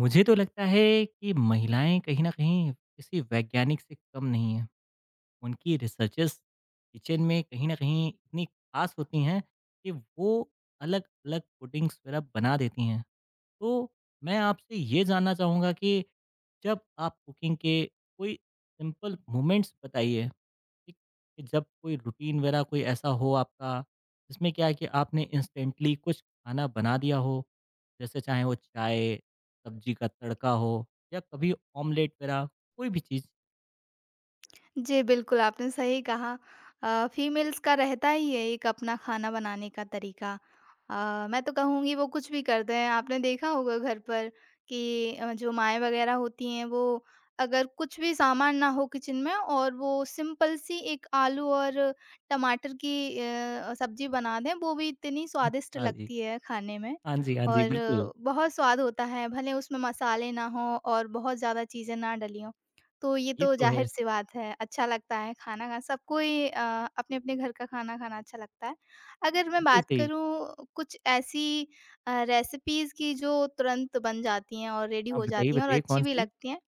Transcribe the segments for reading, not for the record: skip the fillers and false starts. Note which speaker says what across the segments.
Speaker 1: मुझे तो लगता है कि महिलाएं कहीं ना कहीं किसी वैज्ञानिक से कम नहीं है। उनकी रिसर्चेस किचन में कहीं ना कहीं इतनी खास होती हैं कि वो अलग अलग पुडिंग्स वगैरह बना देती हैं। तो मैं आपसे ये जानना चाहूँगा कि जब आप कुकिंग के कोई सिंपल मोमेंट्स बताइए, ठीक? कि जब कोई रूटीन वगैरह कोई ऐसा हो आपका, जिसमें क्या है कि आपने इंस्टेंटली कुछ खाना बना दिया हो, जैसे चाहे वो चाय, सब्जी का तड़का हो या कभी ऑमलेट वगैरह कोई भी चीज़?
Speaker 2: जी, बिल्कुल, आपने सही कहा। फीमेल्स का रहता ही है एक अपना खाना बनाने का तरीका। मैं तो कहूँगी वो कुछ भी कर दें। आपने देखा होगा घर पर कि जो माएँ वग़ैरह होती हैं वो अगर कुछ भी सामान ना हो किचन में और वो सिंपल सी एक आलू और टमाटर की सब्ज़ी बना दें, वो भी इतनी स्वादिष्ट
Speaker 1: हाँ जी।
Speaker 2: लगती है खाने में
Speaker 1: हाँ जी, हाँ जी, बिल्कुल।
Speaker 2: और बहुत स्वाद होता है, भले उसमें मसाले ना हों और बहुत ज़्यादा चीज़ें ना डली हों। तो ये
Speaker 1: ये
Speaker 2: तो
Speaker 1: तो है,
Speaker 2: ज़ाहिर-सी बात है, अच्छा लगता है खाना खा सबको ही अपने-अपने घर का खाना खाना अच्छा लगता है। अगर मैं
Speaker 1: बिल्कुल
Speaker 2: बात
Speaker 1: सही।
Speaker 2: करूँ कुछ ऐसी रेसिपीज़ की जो तुरंत बन जाती हैं और रेडी
Speaker 1: हाँ,
Speaker 2: हो
Speaker 1: बताइए,
Speaker 2: जाती हैं और
Speaker 1: बताइए
Speaker 2: अच्छी भी
Speaker 1: कौन-सी?
Speaker 2: लगती हैं।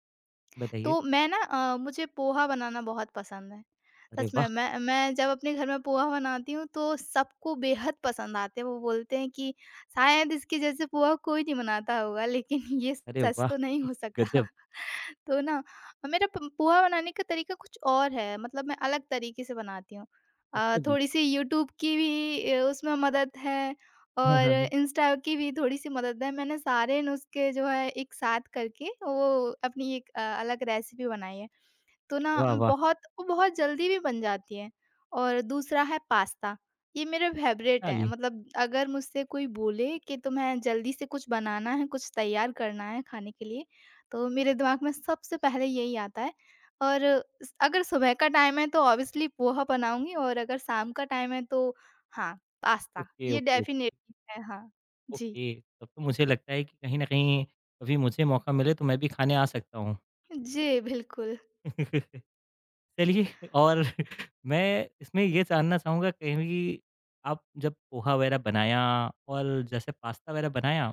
Speaker 1: बताइए।
Speaker 2: तो मैं ना मुझे पोहा बनाना बहुत पसंद है।
Speaker 1: अरे
Speaker 2: सच में
Speaker 1: वाह!
Speaker 2: मैं जब अपने घर में पोहा बनाती हूँ तो सबको बेहद पसंद आते हैं। वो बोलते हैं कि शायद इसके जैसे पोहा कोई नहीं बनाता होगा लेकिन ये
Speaker 1: अरे
Speaker 2: सच
Speaker 1: वाह!
Speaker 2: तो नहीं हो सकता।
Speaker 1: गज़ब!
Speaker 2: तो ना मेरा प पोहा बनाने का तरीका कुछ और है मतलब मैं अलग तरीके से बनाती हूँ।
Speaker 1: अच्छा जी।
Speaker 2: थोड़ी-सी यूट्यूब की भी उसमें मदद है
Speaker 1: हाँ,
Speaker 2: और
Speaker 1: हाँ, हाँ,
Speaker 2: इंस्टा की भी थोड़ी-सी मदद है मैंने सारे नुस्खे जो है एक साथ करके वो अपनी एक अलग रेसिपी बनाई है। तो ना
Speaker 1: वाह, वाह!
Speaker 2: बहुत वो बहुत जल्दी भी बन जाती है। और दूसरा है पास्ता, ये मेरे फेवरेट
Speaker 1: हाँ
Speaker 2: हैं।
Speaker 1: जी।
Speaker 2: मतलब अगर मुझसे कोई बोले कि तुम्हें जल्दी से कुछ बनाना है, कुछ तैयार करना है खाने के लिए, तो मेरे दिमाग में सबसे पहले यही आता है। और स अगर सुबह का टाइम है तो ऑब्वियसली पोहा बनाऊँगी और अगर शाम का टाइम है तो हाँ, पास्ता
Speaker 1: ओके,
Speaker 2: ये
Speaker 1: ओके, ओके,
Speaker 2: डेफ़िनेटली है, हाँ। जी,
Speaker 1: ओके। तब तो मुझे लगता है कि कहीं न कहीं कभी मुझे मौका मिले तो मैं भी खाने आ सकता हूँ।
Speaker 2: जी बिल्कुल।
Speaker 1: चलिए। और मैं इसमें ये जानना चाहूँगा कहीं भी आप जब पोहा वगैरह बनाया और जैसे पास्ता वगैरह बनाया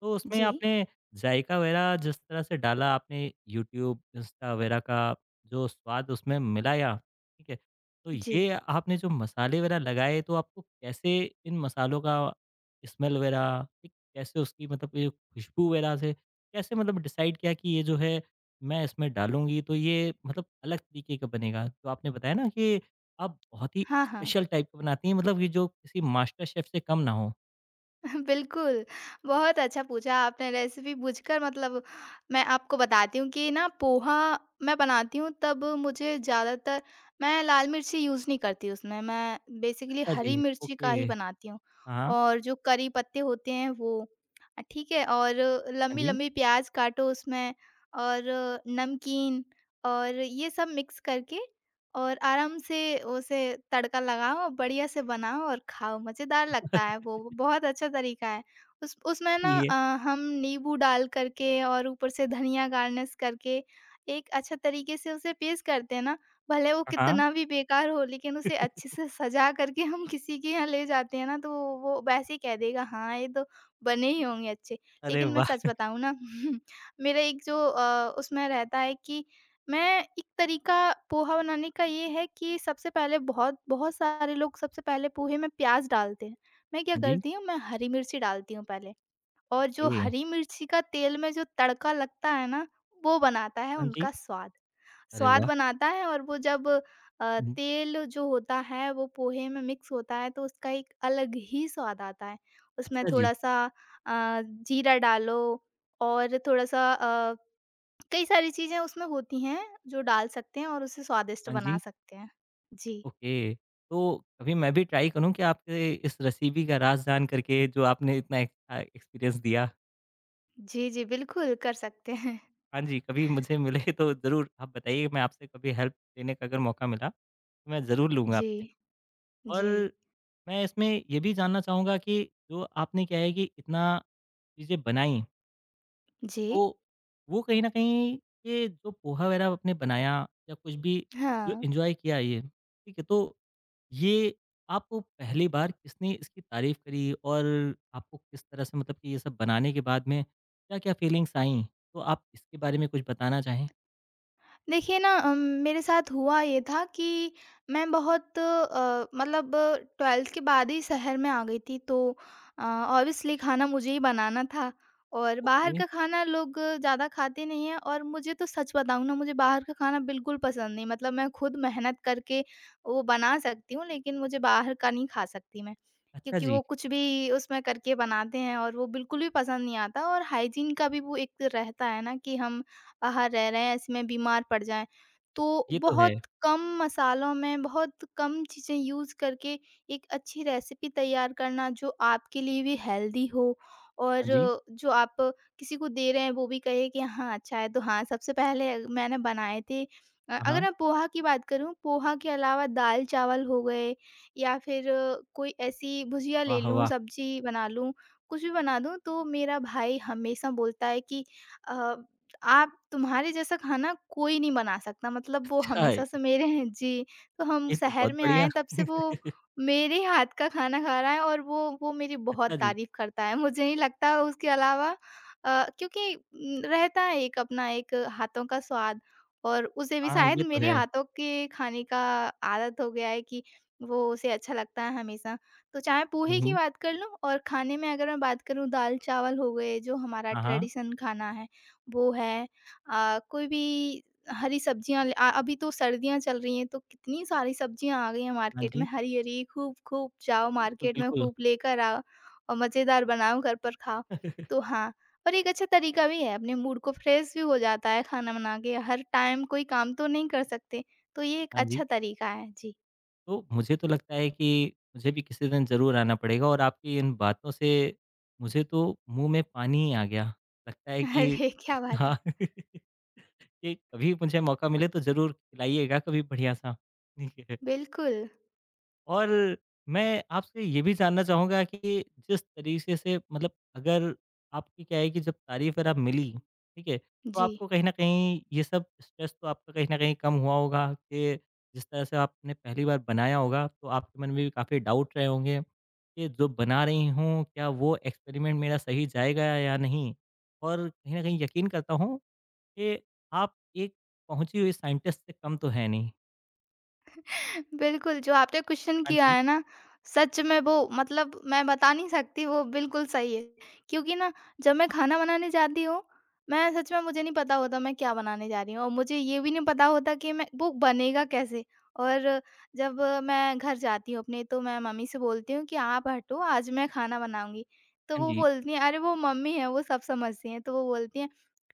Speaker 1: तो उसमें
Speaker 2: जी,
Speaker 1: आपने जायका वगैरह जिस तरह से डाला, आपने यूट्यूब, इंस्टा वगैरह का जो स्वाद उसमें मिलाया, ठीक है? तो
Speaker 2: जी।
Speaker 1: ये आपने जो मसाले वगैरह लगाए तो आपको कैसे इन मसालों का स्मेल वगैरह ठीक कैसे उसकी मतलब ये खुशबू वगैरह से कैसे मतलब डिसाइड किया कि ये जो है मैं इसमें डालूँगी तो ये मतलब अलग तरीके का बनेगा? तो आपने बताया ना कि आप बहुत ही
Speaker 2: हाँ, हाँ।
Speaker 1: स्पेशल टाइप का बनाती हैं, मतलब ये जो किसी मास्टर शेफ़ से कम ना हो।
Speaker 2: बिल्कुल, बहुत अच्छा पूछा आपने रेसिपी पूछकर मतलब मैं आपको बताती हूँ कि ना पोहा मैं बनाती हूँ तब मुझे ज़्यादातर मैं लाल मिर्ची यूज़ नहीं करती उसमें, मैं बेसिकली
Speaker 1: हाँ
Speaker 2: हरी
Speaker 1: जी,
Speaker 2: मिर्ची
Speaker 1: ओके।
Speaker 2: का ही बनाती हूँ
Speaker 1: हाँ, हाँ।
Speaker 2: और जो करी पत्ते होते हैं वो ठीक है और
Speaker 1: हाँ जी।
Speaker 2: लंबी-लंबी प्याज़ काटो उसमें और नमकीन और ये सब मिक्स करके और आराम से उसे तड़का लगाओ और बढ़िया से बनाओ और खाओ, मज़ेदार लगता है वो, बहुत अच्छा तरीका है। उस उसमें ना
Speaker 1: ये
Speaker 2: हम नींबू डाल कर के और ऊपर से धनिया गार्निश करके एक अच्छा तरीके से उसे पेश करते हैं ना, भले वो
Speaker 1: हाँ, हाँ।
Speaker 2: कितना भी बेकार हो लेकिन उसे अच्छे से सजा करके हम किसी के यहाँ ले जाते हैं ना तो वो वैसे ही कह देगा हाँ, ये तो बने ही होंगे अच्छे।
Speaker 1: अरे
Speaker 2: लेकिन मैं सच
Speaker 1: वाह!
Speaker 2: बताऊँ ना मेरा एक जो उसमें रहता है कि मैं एक तरीका पोहा बनाने का ये है कि सबसे पहले बहुत बहुत सारे लोग सबसे पहले पोहे में प्याज़ डालते हैं। मैं क्या
Speaker 1: हाँ जी,
Speaker 2: करती हूँ, मैं हरी मिर्ची डालती हूँ पहले और जो
Speaker 1: ओके।
Speaker 2: हरी मिर्ची का तेल में जो तड़का लगता है ना, वो बनाता है
Speaker 1: हाँ जी।
Speaker 2: उनका स्वाद।
Speaker 1: अरे
Speaker 2: स्वाद
Speaker 1: वाह!
Speaker 2: बनाता है और वो जब
Speaker 1: हुँ।
Speaker 2: तेल जो होता है वो पोहे में मिक्स होता है तो उसका एक अलग ही स्वाद आता है। उसमें
Speaker 1: अच्छा जी।
Speaker 2: थोड़ा-सा जीरा डालो और थोड़ा-सा अ कई सारी चीज़ें उसमें होती हैं जो डाल सकते हैं और उसे स्वादिष्ट
Speaker 1: हाँ
Speaker 2: बना
Speaker 1: जी।
Speaker 2: सकते हैं। जी।
Speaker 1: ओके, तो कभी मैं भी ट्राई करूँ क्या आपके इस रेसिपी का राज़ जान करके जो आपने इतना एक एक्सपीरियंस दिया?
Speaker 2: जी, जी, बिल्कुल कर सकते हैं।
Speaker 1: हाँ जी, कभी मुझे मिले तो ज़रूर आप बताइए। मैं आपसे कभी हेल्प लेने का अगर मौका मिला, तो मैं ज़रूर लूँगा
Speaker 2: जी,
Speaker 1: आपसे। और
Speaker 2: जी,
Speaker 1: मैं इसमें ये भी जानना चाहूँगा कि जो आपने क्या है कि इतना चीज़ें बनाई,
Speaker 2: जी।
Speaker 1: तो वो कहीं न कहीं ये जो पोहा वगैरह आपने बनाया या कुछ भी जो
Speaker 2: हाँ।
Speaker 1: एन्जॉय किया ये, ठीक है? तो ये आपको पहली बार किसने इसकी तारीफ़ करी और आपको किस तरह से मतलब कि ये सब बनाने के बाद में क्या-क्या फीलिंग्स आईं? तो आप इसके बारे में कुछ बताना चाहें?
Speaker 2: देखिए ना मेरे साथ हुआ ये था कि मैं बहुत मतलब 12th के बाद ही शहर में आ गई थी तो ऑब्वियसली खाना मुझे ही बनाना था और बाहर
Speaker 1: ओके,
Speaker 2: का खाना लोग ज़्यादा खाते नहीं हैं और मुझे तो सच बताऊँ ना मुझे बाहर का खाना बिल्कुल पसंद नहीं मतलब मैं खुद मेहनत करके वो बना सकती हूँ लेकिन मुझे बाहर का नहीं खा सकती मैं
Speaker 1: अच्छा
Speaker 2: क्योंकि
Speaker 1: जी,
Speaker 2: वो कुछ भी उसमें करके बनाते हैं और वो बिल्कुल भी पसंद नहीं आता और हाइजीन का भी वो एक रहता है ना कि हम बाहर रह रहे हैं इसमें बीमार पड़ जाएँ। तो
Speaker 1: ये तो है।
Speaker 2: बहुत कम मसालों में, बहुत कम चीज़ें यूज़ करके एक अच्छी रेसिपी तैयार करना जो आपके लिए भी हेल्दी हो और
Speaker 1: हाँ जी,
Speaker 2: जो आप किसी को दे रहे हैं वो भी कहे कि हाँ, अच्छा है। तो हाँ, सबसे पहले मैंने बनाए थे
Speaker 1: हाँ,
Speaker 2: अगर
Speaker 1: हाँ।
Speaker 2: मैं पोहा की बात करूँ, पोहा के अलावा दाल-चावल हो गए या फिर कोई ऐसी भुजिया ले
Speaker 1: वाह,
Speaker 2: लूँ,
Speaker 1: वाह!
Speaker 2: सब्ज़ी बना लूँ, कुछ भी बना दूँ तो मेरा भाई हमेशा बोलता है कि अ आप तुम्हारे जैसा खाना कोई नहीं बना सकता मतलब वो
Speaker 1: अच्छा,
Speaker 2: हमेशा
Speaker 1: है,
Speaker 2: से मेरे हैं जी। तो हम
Speaker 1: ये तो
Speaker 2: शहर
Speaker 1: बहुत
Speaker 2: में आए
Speaker 1: बढ़िया।
Speaker 2: हैं तब से वो मेरे हाथ का खाना खा रहा है और वो मेरी बहुत
Speaker 1: अच्छा जी,
Speaker 2: तारीफ़ करता है। मुझे नहीं लगता उसके अलावा क्योंकि रहता है एक अपना एक हाथों का स्वाद और उसे भी
Speaker 1: हाँ,
Speaker 2: शायद
Speaker 1: ये तो
Speaker 2: मेरे
Speaker 1: है।
Speaker 2: हाथों के खाने का आदत हो गया है कि वो उसे अच्छा लगता है हमेशा। तो चाहे
Speaker 1: हुँ,
Speaker 2: पोहे की
Speaker 1: हुँ।
Speaker 2: बात कर लूँ और खाने में अगर मैं बात करूँ दाल-चावल हो गए जो हमारा
Speaker 1: हाँ, हाँ।
Speaker 2: ट्रेडिशन खाना है। वो है कोई भी हरी सब्जियाँ ल अभी तो सर्दियाँ चल रही हैं तो कितनी सारी सब्जियाँ आ गई हैं
Speaker 1: हाँ
Speaker 2: मार्केट में
Speaker 1: जी,
Speaker 2: हरी-हरी, खूब-खूब जाओ
Speaker 1: बिल्कुल,
Speaker 2: मार्केट में
Speaker 1: बिल्कुल।
Speaker 2: खूब लेकर आओ और मज़ेदार बनाओ घर पर खाओ। तो हाँ, और एक अच्छा तरीका भी है अपने मूड को फ्रेश भी हो जाता है खाना बना के, हर टाइम कोई काम तो नहीं कर सकते, तो ये एक
Speaker 1: हाँ
Speaker 2: अच्छा
Speaker 1: जी।
Speaker 2: तरीका है। जी।
Speaker 1: तो मुझे तो लगता है कि मुझे भी किसी दिन ज़रूर आना पड़ेगा और आपकी इन बातों से मुझे तो मुँह में पानी ही आ गया। लगता है कि
Speaker 2: अरे! क्या बात है।
Speaker 1: हाँ, कि कभी मुझे मौका मिले तो ज़रूर खिलाइएगा कभी बढ़िया-सा। ठीक है।
Speaker 2: बिल्कुल।
Speaker 1: और मैं आपसे ये भी जानना चाहूँगा कि जिस तरीके से मतलब अगर आपकी क्या है कि जब तारीफ़ अगर आप मिली, ठीक है? तो
Speaker 2: जी।
Speaker 1: आपको कहीं न कहीं ये सब स्ट्रेस तो आपका कहीं न कहीं कम हुआ होगा कि जिस तरह से आपने पहली बार बनाया होगा, तो आपके मन में भी काफ़ी डाउट रहे होंगे कि जो बना रही हूँ, क्या वो एक्सपेरिमेंट मेरा सही जाएगा या नहीं? और कहीं न कहीं यकीन करता हूँ कि आप एक पहुँची हुई साइंटिस्ट से कम तो हैं नहीं।
Speaker 2: बिल्कुल, जो आपने क्वेश्चन
Speaker 1: हाँ
Speaker 2: किया
Speaker 1: जी,
Speaker 2: है ना, सच में वो मतलब मैं बता नहीं सकती वो बिल्कुल सही है। क्योंकि ना जब मैं खाना बनाने जाती हूँ, मैं सच में मुझे नहीं पता होता मैं क्या बनाने जा रही हूँ और मुझे ये भी नहीं पता होता कि मैं वो बनेगा कैसे? और जब मैं घर जाती हूँ अपने तो मैं मम्मी से बोलती हूँ कि आप हटो आज मैं खाना बनाऊँगी। तो
Speaker 1: हाँ
Speaker 2: वो
Speaker 1: जी।
Speaker 2: बोलती हैं अरे वो मम्मी हैं वो सब समझती हैं। तो वो बोलती हैं,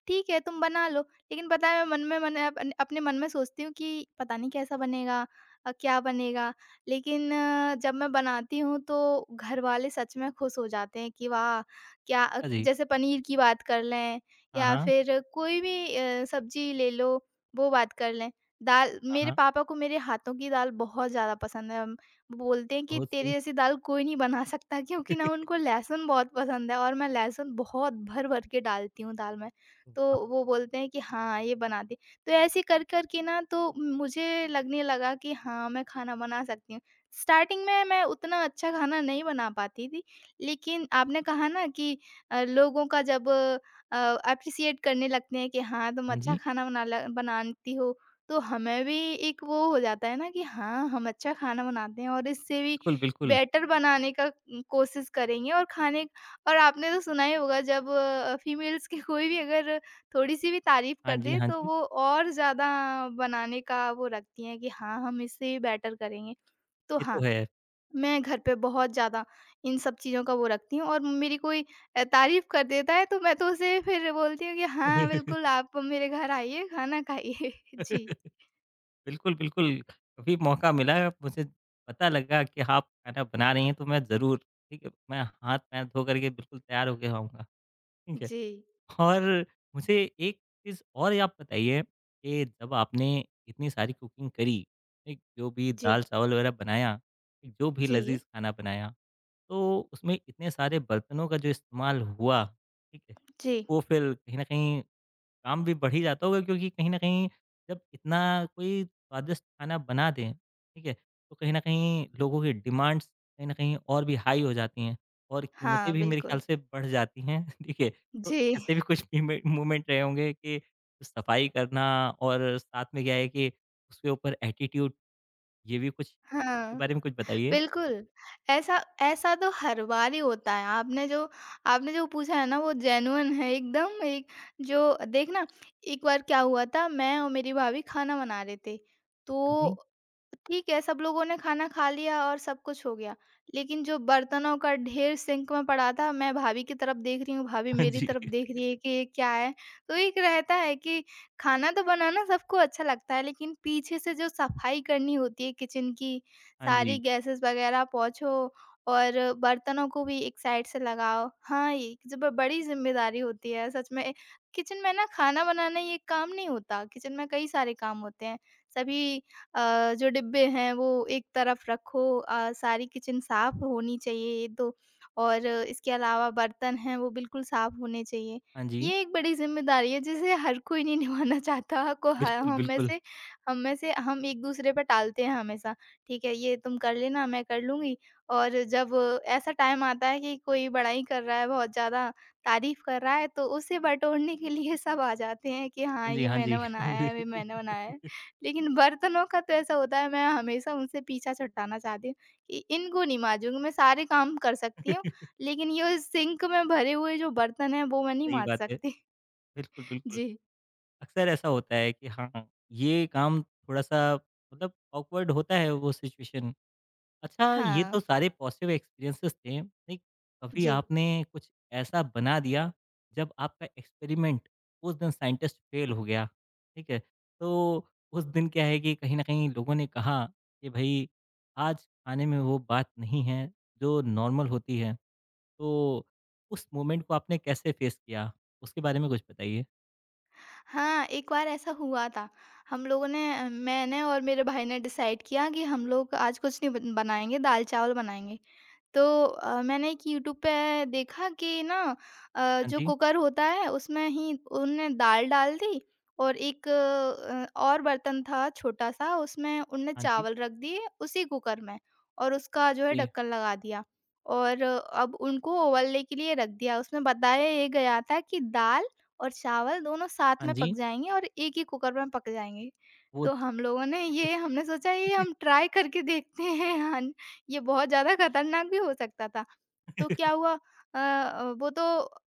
Speaker 2: ठीक है तुम बना लो। लेकिन पता है मैं मन में मन अप अपने मन में सोचती हूँ कि पता नहीं कैसा बनेगा? क्या बनेगा? लेकिन जब मैं बनाती हूँ तो घर वाले सच में खुश हो जाते हैं कि वाह! क्या
Speaker 1: हाँ जी।
Speaker 2: जैसे पनीर की बात कर लें
Speaker 1: हाँ,
Speaker 2: या
Speaker 1: हाँ।
Speaker 2: फिर कोई भी सब्ज़ी ले लो, वो बात कर लें। दाल
Speaker 1: हाँ,
Speaker 2: मेरे
Speaker 1: हाँ।
Speaker 2: पापा को मेरे हाथों की दाल बहुत ज़्यादा पसंद है। वो बोलते हैं कि
Speaker 1: बहुत
Speaker 2: तेरे
Speaker 1: सही।
Speaker 2: जैसी दाल कोई नहीं बना सकता क्योंकि ना उनको लहसुन बहुत पसंद है और मैं लहसुन बहुत भर-भर के डालती हूँ दाल में। तो
Speaker 1: वाह!
Speaker 2: वो बोलते हैं कि हाँ, ये बनाती तो ऐसे कर कर के ना तो मुझे लगने लगा कि हाँ, मैं खाना बना सकती हूँ। स्टार्टिंग में मैं उतना अच्छा खाना नहीं बना पाती थी, लेकिन आपने कहा ना कि लोगों का जब एप्रिशिएट करने लगते हैं कि हाँ, तुम
Speaker 1: हाँ
Speaker 2: अच्छा
Speaker 1: जी।
Speaker 2: खाना बनाती हो, तो हमें भी एक वो हो जाता है ना कि हाँ, हम अच्छा खाना बनाते हैं और इससे भी
Speaker 1: बिल्कुल, बिल्कुल।
Speaker 2: बेटर बनाने का कोशिश करेंगे और खाने और आपने तो सुना ही होगा जब फीमेल्स के कोई भी अगर थोड़ी-सी भी तारीफ़
Speaker 1: हाँ
Speaker 2: कर
Speaker 1: जी,
Speaker 2: दें
Speaker 1: हाँ
Speaker 2: तो
Speaker 1: जी।
Speaker 2: वो और ज़्यादा बनाने का वो रखती हैं कि हाँ, हम इससे भी बेटर करेंगे। तो
Speaker 1: ये
Speaker 2: हाँ,
Speaker 1: तो है।
Speaker 2: मैं घर पे बहुत ज़्यादा इन सब चीज़ों का वो रखती हूँ और मेरी कोई तारीफ़ कर देता है तो मैं तो उसे फिर बोलती हूँ कि हाँ, बिल्कुल आप मेरे घर आइए, खाना खाइए। जी।
Speaker 1: बिल्कुल, बिल्कुल। कभी मौका मिला, मुझे पता लगा कि आप खाना बना रही हैं तो मैं ज़रूर, ठीक है, मैं हाथ-पैर धो कर के बिल्कुल तैयार होके आऊँगा। ठीक है।
Speaker 2: जी।
Speaker 1: और मुझे एक चीज़ और ये आप बताइए कि जब आपने इतनी सारी कुकिंग करी, एक जो भी
Speaker 2: जी।
Speaker 1: दाल-चावल वगैरह बनाया, एक जो भी
Speaker 2: जी।
Speaker 1: लज़ीज़ खाना बनाया, तो उसमें इतने सारे बर्तनों का जो इस्तेमाल हुआ, ठीक है?
Speaker 2: जी।
Speaker 1: वो फिर कहीं न कहीं काम भी बढ़ ही जाता होगा, क्योंकि कहीं न कहीं जब इतना कोई स्वादिष्ट खाना बना दें, ठीक है? तो कहीं न कहीं लोगों की डिमांड्स कहीं न कहीं और भी हाई हो जाती हैं और
Speaker 2: हाँ,
Speaker 1: कीमतें भी मेरे ख्याल
Speaker 2: बिल्कुल।
Speaker 1: से बढ़ जाती हैं, ठीक है? तो
Speaker 2: जी।
Speaker 1: ऐसे भी कुछ मीमे मूवमेंट रहे होंगे कि सफाई करना और साथ में क्या है कि उसके ऊपर एटीट्यूड, ये भी कुछ इसके
Speaker 2: हाँ।
Speaker 1: बारे में कुछ बताइए?
Speaker 2: बिल्कुल, ऐसा ऐसा तो हर बार ही होता है। आपने जो पूछा है ना वो जेन्युइन है एकदम एक जो देखना एक बार क्या हुआ था मैं और मेरी भाभी खाना बना रहे थे।
Speaker 1: हाँ जी।
Speaker 2: तो ठीक है सब लोगों ने खाना खा लिया और सब कुछ हो गया। लेकिन जो बर्तनों का ढेर सिंक में पड़ा था मैं भाभी की तरफ देख रही हूँ, भाभी मेरी तरफ देख रही है कि ये क्या है? तो एक रहता है कि खाना तो बनाना सबको अच्छा लगता है लेकिन पीछे से जो सफाई करनी होती है किचन की
Speaker 1: हाँ जी। हाँ
Speaker 2: सारी
Speaker 1: जी।
Speaker 2: गैसेस वगैरह पोंछो और बर्तनों को भी एक साइड से लगाओ। हाँ, ये जब बड़ी ज़िम्मेदारी होती है सच में। किचन में ना खाना बनाना ये काम नहीं होता, किचन में कई सारे काम होते हैं। सभी जो डिब्बे हैं वो एक तरफ रखो सारी किचन साफ़ होनी चाहिए ये तो और इसके अलावा बर्तन हैं वो बिल्कुल साफ़ होने चाहिए।
Speaker 1: हाँ जी।
Speaker 2: ये एक बड़ी ज़िम्मेदारी है जिसे हर कोई नहीं निभाना चाहता को ह
Speaker 1: बिल्कुल, बिल्कुल।
Speaker 2: हम में से हम एक-दूसरे पे टालते हैं हमेशा। ठीक है, ये तुम कर लेना, मैं कर लूँगी। और जब ऐसा टाइम आता है कि कोई बड़ाई कर रहा है, बहुत ज़्यादा तारीफ़ कर रहा है, तो उसे बटोरने के लिए सब आ जाते हैं कि हाँ,
Speaker 1: हाँ जी,
Speaker 2: ये
Speaker 1: हाँ
Speaker 2: मैंने
Speaker 1: जी।
Speaker 2: बनाया है, ये मैंने बनाया है। लेकिन बर्तनों का तो ऐसा होता है, मैं हमेशा उनसे पीछा छुड़ाना चाहती हूँ कि इनको नहीं मांजूँगी, मैं सारे काम कर सकती हूँ, लेकिन ये सिंक में भरे हुए जो बर्तन हैं, वो मैं नहीं
Speaker 1: सही
Speaker 2: मांज
Speaker 1: बात है।
Speaker 2: सकती।
Speaker 1: बिल्कुल, बिल्कुल।
Speaker 2: जी।
Speaker 1: अक्सर ऐसा होता है कि हाँ, ये काम थोड़ा-सा मतलब ऑकवर्ड होता है वो सिचुएशन। अच्छा, ये
Speaker 2: हाँ।
Speaker 1: तो सारे पॉज़िटिव एक्सपीरियंसेस थे, नहीं कभी
Speaker 2: जी।
Speaker 1: आपने कुछ ऐसा बना दिया जब आपका एक्सपेरिमेंट उस दिन साइंटिस्ट फेल हो गया, ठीक है? तो उस दिन क्या है कि कहीं न कहीं लोगों ने कहा कि भई आज खाने में वो बात नहीं है जो नॉर्मल होती है। तो उस मोमेंट को आपने कैसे फेस किया? उसके बारे में कुछ बताइए?
Speaker 2: हाँ, एक बार ऐसा हुआ था। हम लोगों ने मैंने और मेरे भाई ने डिसाइड किया कि हम लोग आज कुछ नहीं बन बनाएँगे, दाल-चावल बनाएँगे। तो मैंने एक यूट्यूब पे देखा कि ना
Speaker 1: हाँ
Speaker 2: जो
Speaker 1: जी,
Speaker 2: कुकर होता है उसमें ही उनने दाल डाल दी और एक और बर्तन था छोटा सा उसमें उनने
Speaker 1: हाँ जी।
Speaker 2: चावल रख दिए उसी कुकर में और उसका जो है ढक्कन लगा दिया और अब उनको उबलने के लिए रख दिया उसमें बताया ये गया था कि दाल और चावल दोनों साथ
Speaker 1: हाँ
Speaker 2: में पक
Speaker 1: जी,
Speaker 2: जाएंगे और एक ही कुकर में पक जाएंगे
Speaker 1: वो
Speaker 2: तो हम लोगों ने ये हमने सोचा ये हम ट्राई करके देखते हैं ये बहुत ज़्यादा खतरनाक भी हो सकता था। तो क्या हुआ वो तो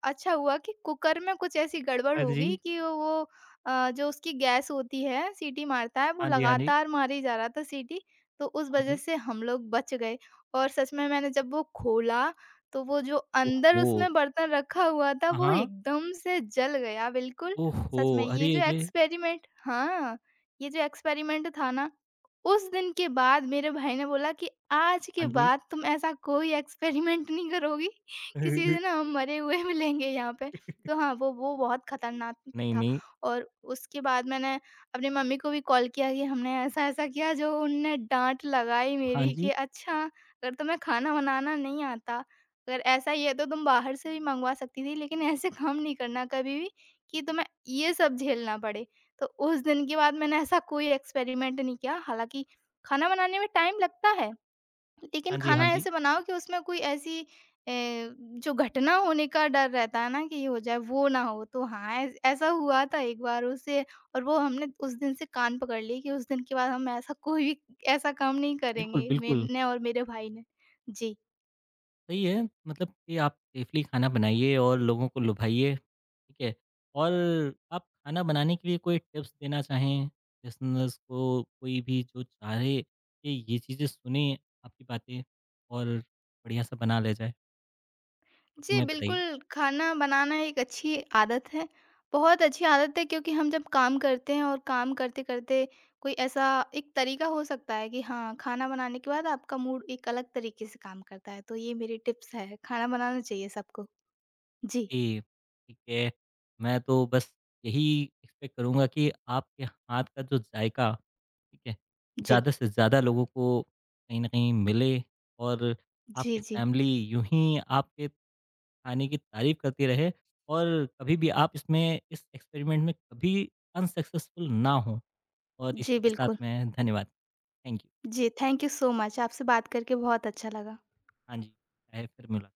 Speaker 2: अच्छा हुआ कि कुकर में कुछ ऐसी गड़बड़
Speaker 1: हाँ
Speaker 2: हो
Speaker 1: जी,
Speaker 2: गई कि वो जो उसकी गैस होती है, सीटी मारता है, वो
Speaker 1: हाँ जी, हाँ जी,
Speaker 2: लगातार मारे जा रहा था सीटी, तो उस
Speaker 1: हाँ
Speaker 2: वज़ह
Speaker 1: जी।
Speaker 2: से हम लोग बच गए। और सच में मैंने जब वो खोला, तो वो जो अंदर
Speaker 1: ओहो!
Speaker 2: उसमें बर्तन रखा हुआ था,
Speaker 1: हाँ,
Speaker 2: वो
Speaker 1: हाँ।
Speaker 2: एकदम से जल गया बिल्कुल।
Speaker 1: ओहो!
Speaker 2: सच में ये
Speaker 1: अरे,
Speaker 2: जो
Speaker 1: अरे!
Speaker 2: एक्सपेरिमेंट हाँ, ये जो एक्सपेरिमेंट था ना उस दिन के बाद मेरे भाई ने बोला कि आज के
Speaker 1: हाँ जी।
Speaker 2: बाद तुम ऐसा कोई एक्सपेरिमेंट नहीं करोगी, किसी दिन हम मरे हुए मिलेंगे यहाँ पे। तो हाँ, वो बहुत खतरनाक
Speaker 1: नहीं,
Speaker 2: था
Speaker 1: नहीं।
Speaker 2: और उसके बाद मैंने अपनी मम्मी को भी कॉल किया कि हमने ऐसा-ऐसा किया जो उनने डाँट लगाई
Speaker 1: हाँ
Speaker 2: मेरी कि
Speaker 1: जी,
Speaker 2: अच्छा, अगर तुम्हें खाना बनाना नहीं आता, अगर ऐसा ही है तो तुम बाहर से भी मँगवा सकती थी लेकिन ऐसे काम नहीं करना कभी भी कि तुम्हें ये सब झेलना पड़े। तो उस दिन के बाद मैंने ऐसा कोई एक्सपेरिमेंट नहीं किया, हालाँकि खाना बनाने में टाइम लगता है, लेकिन
Speaker 1: हाँ जी, हाँ
Speaker 2: खाना
Speaker 1: जी।
Speaker 2: ऐसे बनाओ कि उसमें कोई ऐसी जो घटना होने का डर रहता है ना कि ये हो जाए, वो ना हो। तो हाँ, ऐस ऐसा हुआ था एक बार उससे और वो हमने उस दिन से कान पकड़ ली कि उस दिन के बाद हम ऐसा कोई भी ऐसा काम नहीं
Speaker 1: बिल्कुल,
Speaker 2: करेंगे,
Speaker 1: बिल्कुल,
Speaker 2: मैंने और मेरे भाई ने। जी।
Speaker 1: सही है, मतलब कि आप सेफ़ली खाना बनाइए और लोगों को लुभाइए, ठीक है? और आप खाना बनाने के लिए कोई टिप्स देना चाहें लिसनर्स को, कोई भी जो चाहे कि ये चीज़ें सुने आपकी बातें और बढ़िया-सा बना ले जाए, उसके
Speaker 2: जी,
Speaker 1: में बताइए?
Speaker 2: बिल्कुल, खाना बनाना एक अच्छी आदत है। बहुत अच्छी आदत है क्योंकि हम जब काम करते हैं और काम करते-करते कोई ऐसा एक तरीका हो सकता है कि हाँ, खाना बनाने के बाद आपका मूड एक अलग तरीके से काम करता है। तो ये मेरी टिप्स है, खाना बनाना चाहिए सबको। जी,
Speaker 1: जी, ठीक है। मैं तो बस यही एक्सपेक्ट करूँगा कि आपके हाथ का जो जायका, ठीक है,
Speaker 2: जी।
Speaker 1: ज़्यादा से ज़्यादा लोगों को कहीं न कहीं मिले और
Speaker 2: जी,
Speaker 1: आपकी
Speaker 2: जी।
Speaker 1: फैमिली यूँ ही आपके खाने की तारीफ़ करती रहे और कभी भी आप इसमें, इस एक्सपेरिमेंट में, कभी अनसक्सेसफुल ना हों। और
Speaker 2: जी,
Speaker 1: इसी के साथ
Speaker 2: बिल्कुल।
Speaker 1: मैं धन्यवाद। Thank you.
Speaker 2: जी, थैंक यू सो मच। आपसे बात करके बहुत अच्छा लगा।
Speaker 1: हाँ जी, चाहे फिर मुला